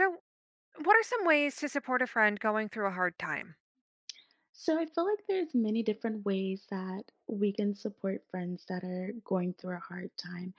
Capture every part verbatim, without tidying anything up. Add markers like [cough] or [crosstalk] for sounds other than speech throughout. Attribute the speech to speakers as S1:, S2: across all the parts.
S1: So, what are some ways to support a friend going through a hard time?
S2: So I feel like there's many different ways that we can support friends that are going through a hard time.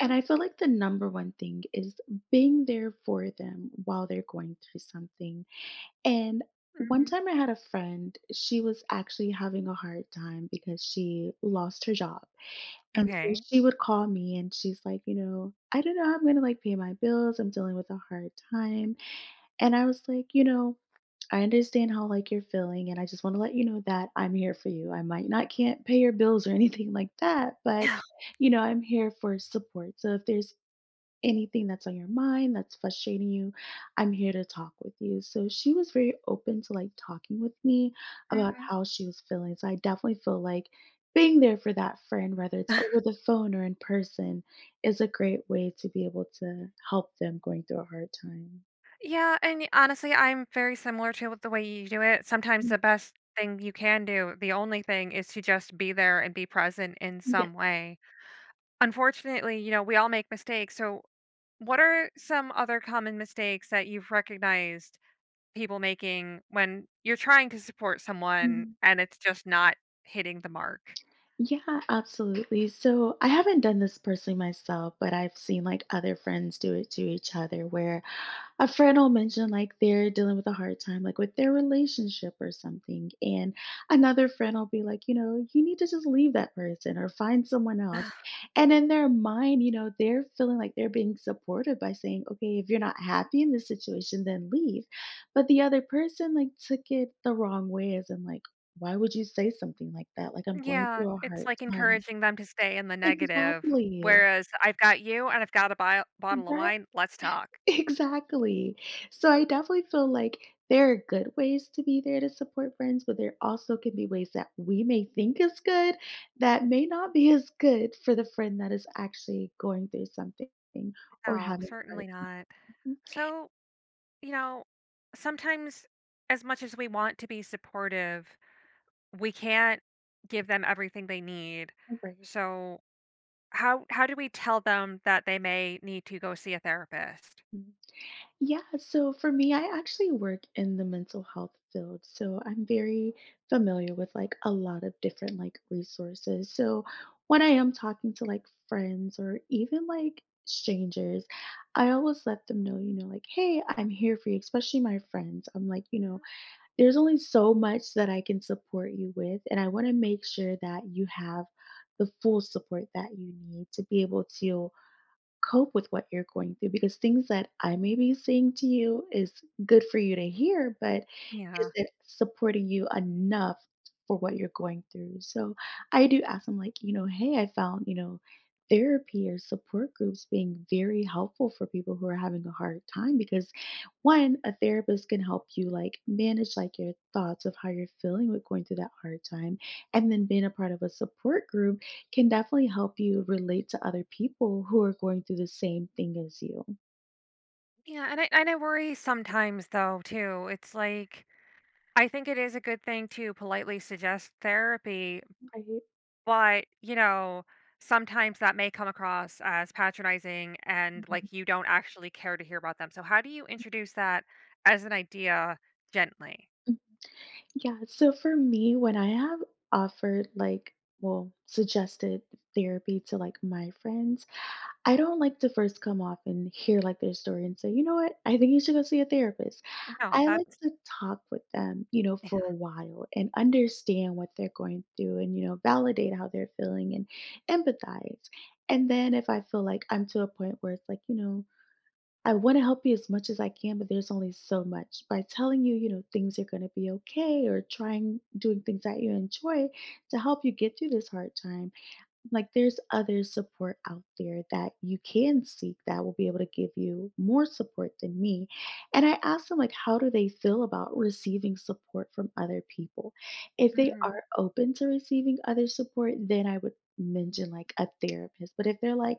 S2: And I feel like the number one thing is being there for them while they're going through something. And one
S1: Mhm.
S2: time I had a friend, she was actually having a hard time because she lost her job. And so
S1: Okay.
S2: she would call me and she's like, you know, I don't know how I'm going to like pay my bills. I'm dealing with a hard time. And I was like, you know, I understand how like you're feeling, and I just want to let you know that I'm here for you. I might not can't pay your bills or [laughs] anything like that, but you know, I'm here for support. So if there's anything that's on your mind that's frustrating you, I'm here to talk with you. So she was very open to like talking with me about
S1: Mhm.
S2: how she was feeling. So I definitely feel like being there for that friend, whether it's over
S1: [laughs]
S2: the phone or in person, is a great way to be able to help them going through a hard time.
S1: Yeah, and y- honestly, I'm very similar to with the way you do it. Sometimes
S2: Mm,
S1: the best thing you can do, the only thing is to just be there and be present in
S2: yeah.
S1: some way. Unfortunately, you know, we all make mistakes. So, what are some other common mistakes that you've recognized people making when you're trying to support someone
S2: Mm-hmm.
S1: and it's just not hitting the mark?
S2: Yeah, absolutely. So I haven't done this personally myself, but I've seen like other friends do it to each other where a friend will mention like they're dealing with a hard time, like with their relationship or something. And another friend will be like, you know, you need to just leave that person or find someone else. And in their mind, you know, they're feeling like they're being supported by saying, okay, if you're not happy in this situation, then leave. But the other person like took it the wrong way, as in like, why would you say something like that? Like, I'm going
S1: Yeah,
S2: through a
S1: it's
S2: hard
S1: like
S2: time.
S1: encouraging them to stay in the negative,
S2: Exactly.
S1: whereas I've got you and I've got a bio bottle of
S2: Right.
S1: wine, let's
S2: [laughs]
S1: talk.
S2: Exactly. So I definitely feel like there are good ways to be there to support friends, but there also can be ways that we may think is good that may not be as good for the friend that is actually going through something or
S1: No,
S2: having a hard
S1: certainly not.
S2: time.
S1: So, you know, sometimes as much as we want to be supportive, we can't give them everything they need.
S2: Mhm, right.
S1: So, how how do we tell them that they may need to go see a therapist?
S2: Yeah, so for me, I actually work in the mental health field. So I'm very familiar with like a lot of different like resources. So when I am talking to like friends or even like strangers, I always let them know, you know, like, hey, I'm here for you, especially my friends. I'm like, you know,
S1: Mhm.
S2: there's only so much that I can support you with. And I want to make sure that you have the full support that you need to be able to cope with what you're going through because things that I may be saying to you is good for you to hear, but is
S1: Yeah.
S2: it supporting you enough for what you're going through? So I do ask them, like, you know, hey, I found, you know, therapy or support groups being very helpful for people who are having a hard time because one a therapist can help you like manage like your thoughts of how you're feeling with going through that hard time and then being a part of a support group can definitely help you relate to other people who are going through the same thing as you.
S1: Yeah, and I and I worry sometimes though too. It's like I think it is a good thing to politely suggest therapy,
S2: Right.
S1: but, you know, sometimes that may come across as patronizing and
S2: Mhm.
S1: like you don't actually care to hear about them. So, how do you introduce that as an idea gently?
S2: Yeah. So for me, when I have offered like, well, suggested therapy to like my friends, I don't like to first come off and hear like their story and say, you know what, I think you should go see a therapist.
S1: No,
S2: I like
S1: that's
S2: to talk with them, you know, for
S1: [laughs]
S2: a while and understand what they're going through and, you know, validate how they're feeling and empathize. And then if I feel like I'm to a point where it's like, you know, I want to help you as much as I can, but there's only so much. By telling you, you know, things are going to be okay or trying doing things that you enjoy to help you get through this hard time like there's other support out there that you can seek that will be able to give you more support than me and I asked them like how do they feel about receiving support from other people. If they are
S1: Mhm,
S2: open to receiving other support then I would mention like a therapist, but if they're like,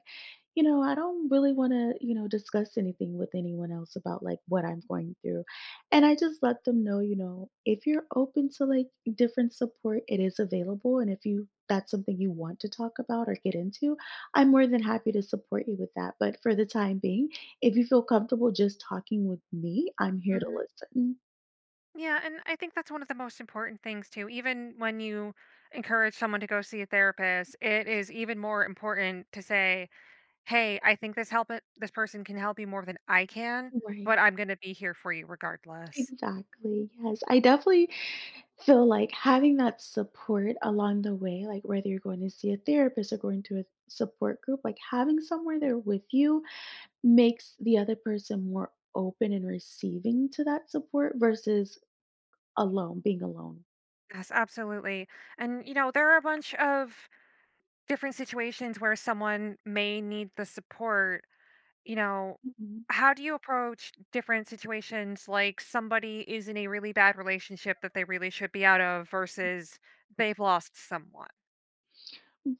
S2: you know I don't really want to, you know discuss anything with anyone else about like what I'm going through. And I just let them know, you know, if you're open to like different support, it is available. And if you that's something you want to talk about or get into, I'm more than happy to support you with that. But for the time being, if you feel comfortable just talking with me, I'm here to
S1: mhm.
S2: listen.
S1: Yeah, and I think that's one of the most important things too. Even when you encourage someone to go see a therapist, it is even more important to say, "Hey, I think this help it this person can help you more than I can, but
S2: Right.
S1: I'm gonna be here for you regardless."
S2: Exactly. Yes. I definitely feel like having that support along the way, like whether you're going to see a therapist or going to a support group, like having somewhere there with you makes the other person more open and receiving to that support versus alone, being alone.
S1: Yes, absolutely, and, you know, there are a bunch of different situations where someone may need the support, you know,
S2: Mhm.
S1: how do you approach different situations, like somebody is in a really bad relationship that they really should be out of versus they've lost someone?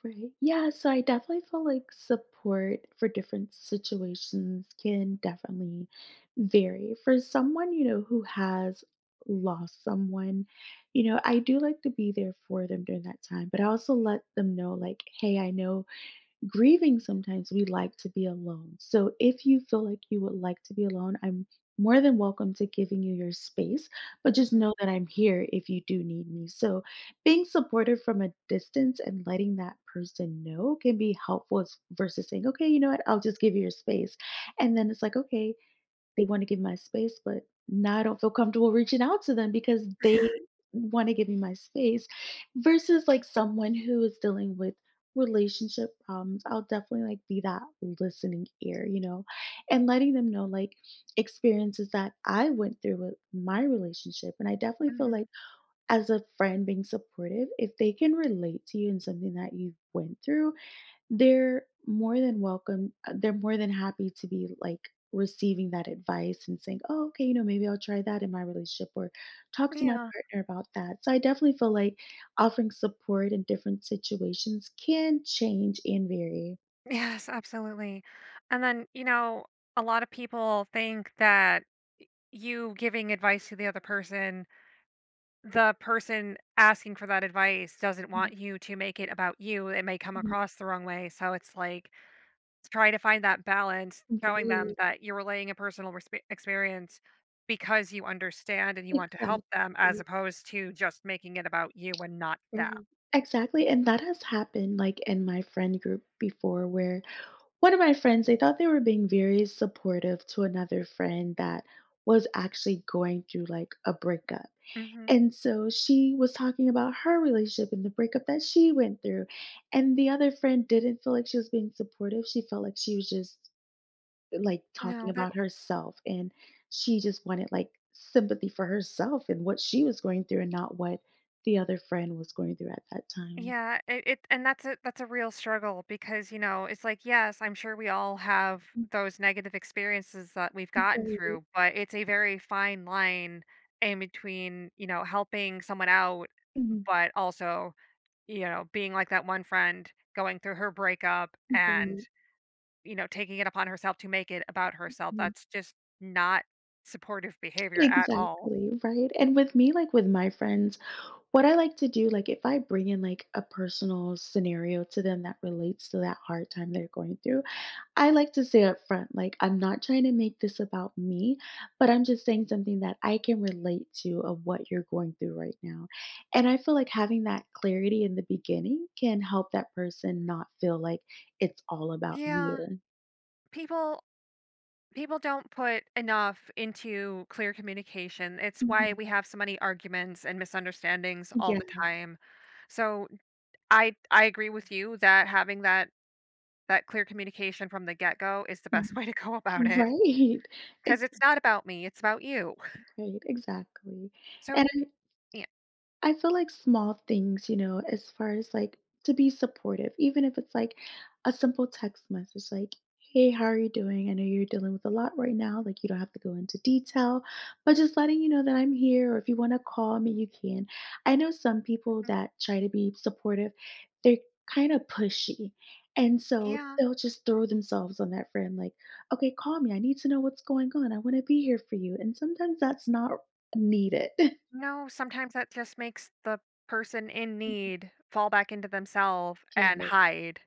S2: Right. Yeah, so I definitely feel like support for different situations can definitely vary. For someone, you know, who has lost someone, you know, I do like to be there for them during that time, but I also let them know, like, hey, I know grieving sometimes we like to be alone. So if you feel like you would like to be alone, I'm more than welcome to giving you your space, but just know
S1: Mhm,
S2: that I'm here if you do need me. So being supportive from a distance and letting that person know can be helpful as- versus saying, okay, you know what, I'll just give you your space. And then it's like, okay, they wanna give my space, but now I don't feel comfortable reaching out to them because they wanna give me my space versus, like, someone who is dealing with relationship problems. I'll definitely, like, be that listening ear, you know, and letting them know, like, experiences that I went through with my relationship, and I definitely feel
S1: mhm.
S2: like as a friend being supportive, if they can relate to you in something that you went through, they're more than welcome. uh, They're more than happy to be like receiving that advice and saying, "Oh, okay, you know, maybe I'll try that in my relationship or talk to my
S1: Yeah.
S2: partner about that." So I definitely feel like offering support in different situations can change and vary.
S1: Yes, absolutely, and then, you know, a lot of people think that you giving advice to the other person, the person asking for that advice doesn't want you to make it about you. It may come
S2: Mhm.
S1: across the wrong way. So it's like try to find that balance, showing them
S2: Right.
S1: that you're relaying a personal resp- experience because you understand and you want to help them as
S2: Exactly.
S1: opposed to just making it about you and not them.
S2: Right. Exactly. And that has happened like in my friend group before where one of my friends, they thought they were being very supportive to another friend that was actually going through like a breakup.
S1: Hmm.
S2: And so she was talking about her relationship and the breakup that she went through. And the other friend didn't feel like she was being supportive. She felt like she was just like talking
S1: No, that.
S2: about herself and she just wanted like sympathy for herself and what she was going through and not what the other friend was going through at that time.
S1: Yeah, it, it and that's a that's a real struggle because, you know, it's like, yes, I'm sure we all have
S2: Mhm.
S1: those negative experiences that we've gotten
S2: Right.
S1: through, but it's a very fine line in between, you know, helping someone out, but also, you know, being like that one friend going through her breakup and,
S2: Mhm.
S1: you know, taking it upon herself to make it about herself.
S2: Right.
S1: That's just not supportive behavior at all.
S2: Exactly, right? And with me, like with my friends, what I like to do, like if I bring in like a personal scenario to them that relates to that hard time they're going through, I like to say up front, like I'm not trying to make this about me, but I'm just saying something that I can relate to of what you're going through right now. And I feel like having that clarity in the beginning can help that person not feel like it's all about
S1: Yeah.
S2: you.
S1: People people don't put enough into clear communication. It's why
S2: Mhm.
S1: we have so many arguments and misunderstandings all
S2: Yeah.
S1: the time. So I I agree with you that having that that clear communication from the get-go is the best [laughs]
S2: Mhm.
S1: way to go about it
S2: Right.
S1: because it's not about me, it's about you.
S2: Right, exactly. And
S1: So
S2: I
S1: yeah,
S2: I feel like small things, you know, as far as like to be supportive, even if it's like a simple text message like, hey, how are you doing? I know you're dealing with a lot right now. Like, you don't have to go into detail, but just letting you know that I'm here, or if you want to call me, you can. I know some people
S1: mhm,
S2: that try to be supportive, they're kind of pushy. And so
S1: yeah,
S2: they'll just throw themselves on that friend, like, okay, call me. I need to know what's going on. I want to be here for you. And sometimes that's not needed. [laughs]
S1: no, sometimes that just makes the person in need fall back into themselves
S2: Yes.
S1: and hide.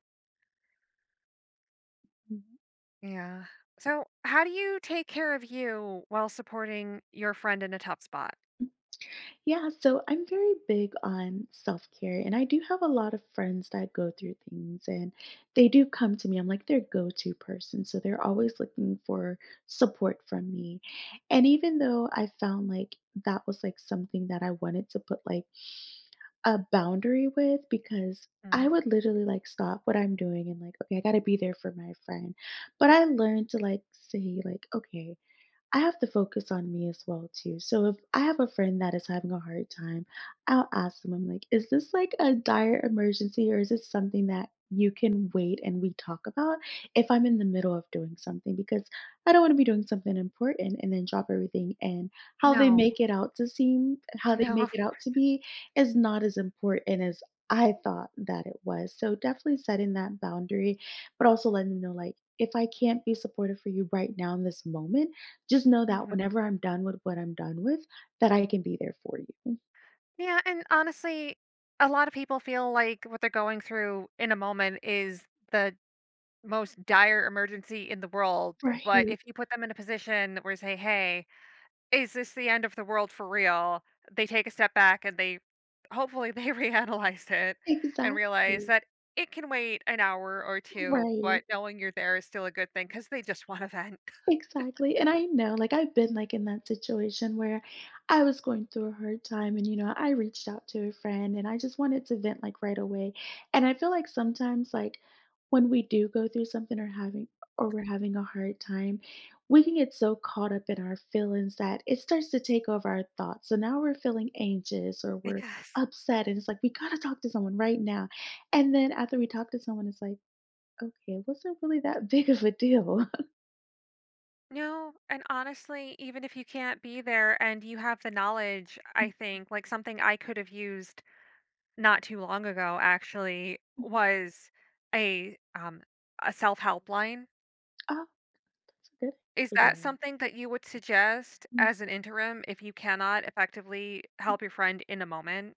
S1: Yeah. So, how do you take care of you while supporting your friend in a tough spot?
S2: Yeah, so I'm very big on self care, and I do have a lot of friends that go through things, and they do come to me. I'm like their go to person. So they're always looking for support from me. And even though I found like that was like something that I wanted to put like a boundary with, because I
S1: Mm.
S2: would literally like stop what I'm doing and like, okay, I got to be there for my friend. But I learned to like say, like, okay. I have to focus on me as well too. So if I have a friend that is having a hard time, I'll ask them, I'm like, is this like a dire emergency or is this something that you can wait and we talk about if I'm in the middle of doing something? Because I don't want to be doing something important and then drop everything. And how they
S1: No.
S2: make it out to seem, how they
S1: No,
S2: make
S1: of.
S2: it out to be is not as important as I thought that it was. So definitely setting that boundary, but also letting them know like, if I can't be supportive for you right now in this moment, just know that
S1: Mhm.
S2: whenever I'm done with what I'm done with, that I can be there for you.
S1: Yeah, and honestly, a lot of people feel like what they're going through in a moment is the most dire emergency in the world, but
S2: Right.
S1: if you put them in a position where you say, "Hey, is this the end of the world for real?" They take a step back and they hopefully they [laughs] reanalyze it and realize
S2: Exactly.
S1: that it can wait an hour or two,
S2: Right,
S1: but knowing you're there is still a good thing because they just wanna vent. [laughs]
S2: exactly, and I know, like, I've been, like, in that situation where I was going through a hard time and, you know, I reached out to a friend and I just wanted to vent, like, right away, and I feel like sometimes, like, when we do go through something or having or we're having a hard time, we can get so caught up in our feelings that it starts to take over our thoughts, so now we're feeling anxious or we're
S1: Yes.
S2: upset, and it's like, "We gotta talk to someone right now," and then after we talk to someone, it's like, "Okay, it wasn't really that [laughs] big of a deal."
S1: No, and honestly, even if you can't be there and you have the knowledge, I
S2: [laughs]
S1: think like something I could have used not too long ago actually
S2: Mhm.
S1: was a um a self-help line.
S2: It's a good
S1: Is that
S2: idea.
S1: something that you would suggest
S2: Mm.
S1: as an interim if you cannot effectively help your friend in a moment?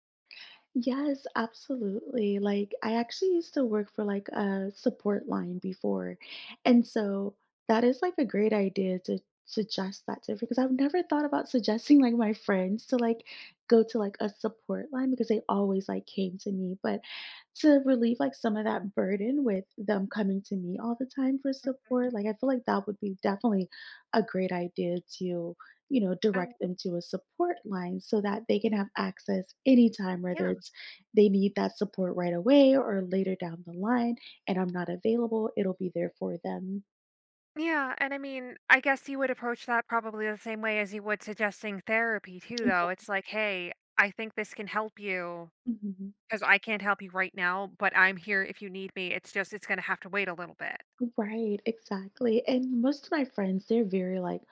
S2: Yes, absolutely. Like, I actually used to work for like a support line before. And so that is like a great idea to suggest that to, because I've never thought about suggesting like my friends to like go to like a support line, because they always like came to me. But to relieve like some of that burden with them coming to me all the time for support, like I feel like that would be definitely a great idea to, you know, direct
S1: And
S2: them to a support line so that they can have access anytime, whether
S1: yeah.
S2: it's they need that support right away or later down the line and I'm not available, it'll be there for them.
S1: Yeah, and I mean, I guess you would approach that probably the same way as you would suggesting therapy too
S2: Yeah.
S1: though. It's like, "Hey, I think this can help you.
S2: Mhm.
S1: 'Cause I can't help you right now, but I'm here if you need me. It's just it's gonna have to wait a little bit.
S2: Right, exactly. And most of my friends, they're very like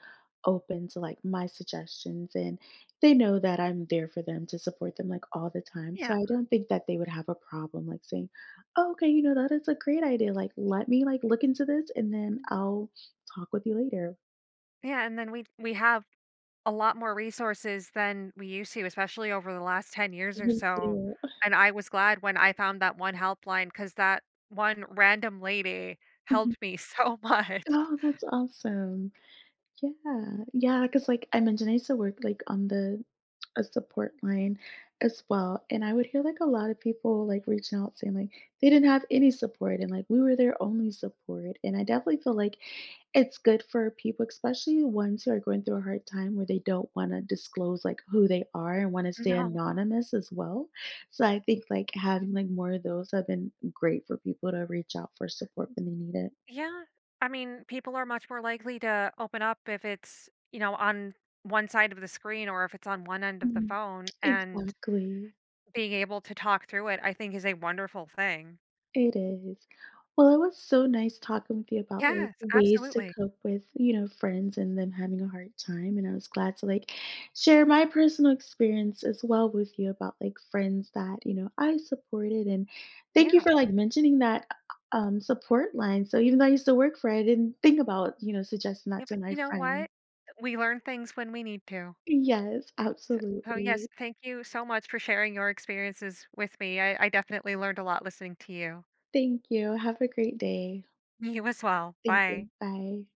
S2: open to like my suggestions, and they know that I'm there for them to support them like all the time. So
S1: Yeah.
S2: I don't think that they would have a problem like saying, oh, okay, you know, that is a great idea. Like, let me like look into this and then I'll talk with you later.
S1: Yeah, and then we we have a lot more resources than we used to, especially over the last ten years or
S2: You
S1: so,
S2: too.
S1: and I was glad when I found that one helpline because that one random lady helped
S2: [laughs]
S1: me [laughs] so much.
S2: Oh, that's awesome. Yeah, yeah, because like, I mentioned, I used to work, like, on the a support line as well, and I would hear, like, a lot of people, like, reaching out saying, like, they didn't have any support and, like, we were their only support, and I definitely feel like it's good for people, especially ones who are going through a hard time where they don't wanna disclose, like, who they are and wanna stay
S1: No.
S2: anonymous as well. So I think, like, having, like, more of those have been great for people to reach out for support when they need it.
S1: Yeah. I mean, people are much more likely to open up if it's, you know, on one side of the screen or if it's on one end of the
S2: Mhm.
S1: phone, and
S2: Exactly.
S1: being able to talk through it, I think, is a wonderful thing.
S2: It is. Well, it was so nice talking with you about, like,
S1: Yes,
S2: ways to
S1: absolutely.
S2: cope with, you know, friends and them having a hard time, and I was glad to, like, share my personal experience as well with you about, like, friends that, you know, I supported, and thank you for,
S1: Yeah.
S2: like, mentioning that, uh, um, support line, so even though I used to work for it, I didn't think about, you know, suggesting that
S1: Yeah, but
S2: to my
S1: you know
S2: friend.
S1: what? We learn things when we need to.
S2: Yes,
S1: So so,
S2: absolutely.
S1: yes, thank you so much for sharing your experiences with me. I I definitely learned a lot listening to you.
S2: Thank you. Have a great day.
S1: You as well.
S2: Thank you.
S1: Bye.
S2: Bye.